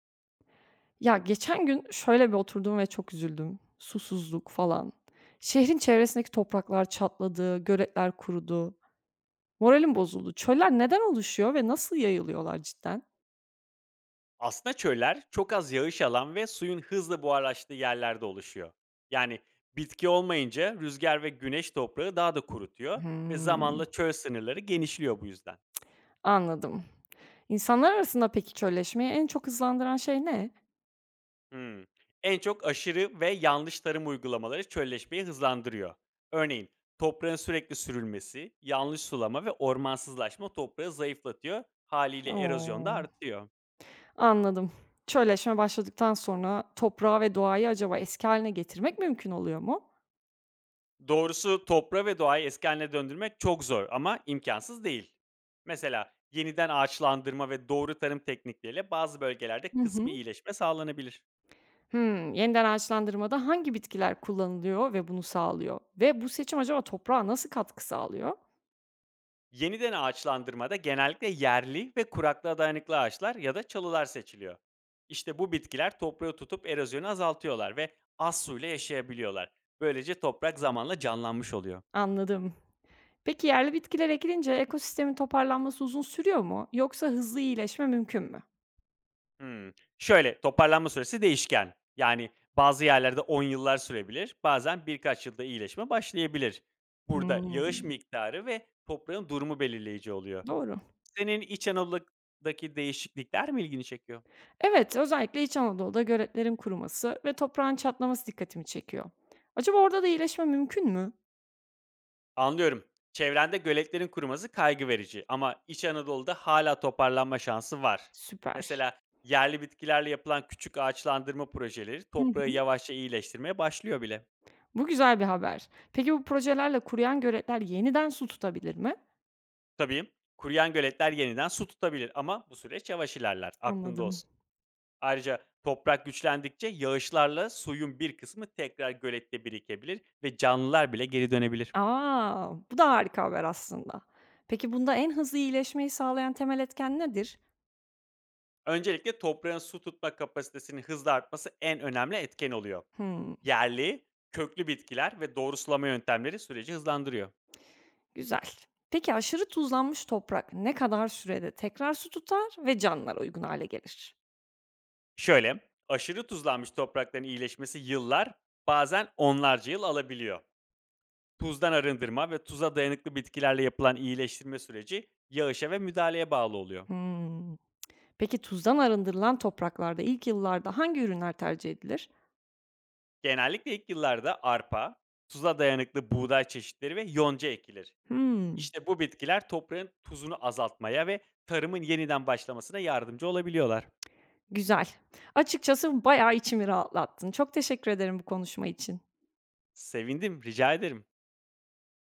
Ya, geçen gün şöyle bir oturdum ve çok üzüldüm. Susuzluk falan. Şehrin çevresindeki topraklar çatladı, göletler kurudu. Moralim bozuldu. Çöller neden oluşuyor ve nasıl yayılıyorlar cidden? Aslında çöller çok az yağış alan ve suyun hızla buharlaştığı yerlerde oluşuyor. Yani bitki olmayınca rüzgar ve güneş toprağı daha da kurutuyor ve Hımm. zamanla çöl sınırları genişliyor bu yüzden. Anladım. İnsanlar arasında peki çölleşmeyi en çok hızlandıran şey ne? Hmm. En çok aşırı ve yanlış tarım uygulamaları çölleşmeyi hızlandırıyor. Örneğin toprağın sürekli sürülmesi, yanlış sulama ve ormansızlaşma toprağı zayıflatıyor. Haliyle erozyon da O! artıyor. Anladım. Çölleşme başladıktan sonra toprağı ve doğayı acaba eski hâline getirmek mümkün oluyor mu? Doğrusu toprağı ve doğayı eski hâline döndürmek çok zor ama imkansız değil. Mesela yeniden ağaçlandırma ve doğru tarım teknikleriyle bazı bölgelerde Hı kısmi hı. iyileşme sağlanabilir. Hımm. Yeniden ağaçlandırmada hangi bitkiler kullanılıyor ve bunu sağlıyor? Ve bu seçim acaba toprağa nasıl katkı sağlıyor? Yeniden ağaçlandırmada genellikle yerli ve kuraklığa dayanıklı ağaçlar ya da çalılar seçiliyor. İşte bu bitkiler toprağı tutup erozyonu azaltıyorlar ve az suyla yaşayabiliyorlar. Böylece toprak zamanla canlanmış oluyor. Anladım. Peki yerli bitkiler ekilince ekosistemin toparlanması uzun sürüyor mu? Yoksa hızlı iyileşme mümkün mü? Şöyle, toparlanma süresi değişken. Bazı yerlerde 10 yıllar sürebilir, bazen birkaç yılda iyileşme başlayabilir. Burada yağış Hımm. miktarı ve toprağın durumu belirleyici oluyor. Doğru. Senin İç Anadolu'daki değişiklikler mi ilgini çekiyor? Evet, özellikle İç Anadolu'da göletlerin kuruması ve toprağın çatlaması dikkatimi çekiyor. Acaba orada da iyileşme mümkün mü? Anlıyorum. Çevrende göletlerin kuruması kaygı verici ama İç Anadolu'da hala toparlanma şansı var. Süper. Mesela yerli bitkilerle yapılan küçük ağaçlandırma projeleri Hı toprağı hı. yavaşça iyileştirmeye başlıyor bile. Bu güzel bir haber. Peki bu projelerle kuruyan göletler yeniden su tutabilir mi? Tabii, kuruyan göletler yeniden su tutabilir ama bu süreç yavaş ilerler. Aklında Anladım. olsun. Ayrıca toprak güçlendikçe yağışlarla suyun bir kısmı tekrar gölette birikebilir ve canlılar bile geri dönebilir. A! Bu da harika haber aslında. Peki bunda en hızlı iyileşmeyi sağlayan temel etken nedir? Öncelikle toprağın su tutma kapasitesinin hızla artması en önemli etken oluyor. Hımm, Yerli, köklü bitkiler ve doğru sulama yöntemleri süreci hızlandırıyor. güzel. Peki aşırı tuzlanmış toprak ne kadar sürede tekrar su tutar ve canlılar uygun hale gelir? Şöyle, aşırı tuzlanmış toprakların iyileşmesi yıllar, bazen onlarca yıl alabiliyor. Tuzdan arındırma ve tuza dayanıklı bitkilerle yapılan iyileştirme süreci yağışa ve müdahaleye bağlı oluyor. Hımm. Peki tuzdan arındırılan topraklarda ilk yıllarda hangi ürünler tercih edilir? Genellikle ilk yıllarda arpa, tuza dayanıklı buğday çeşitleri ve yonca ekilir. Hımm, İşte bu bitkiler toprağın tuzunu azaltmaya ve tarımın yeniden başlamasına yardımcı olabiliyorlar. güzel. Açıkçası bayağı içimi rahatlattın. Çok teşekkür ederim bu konuşma için. Sevindim, rica ederim.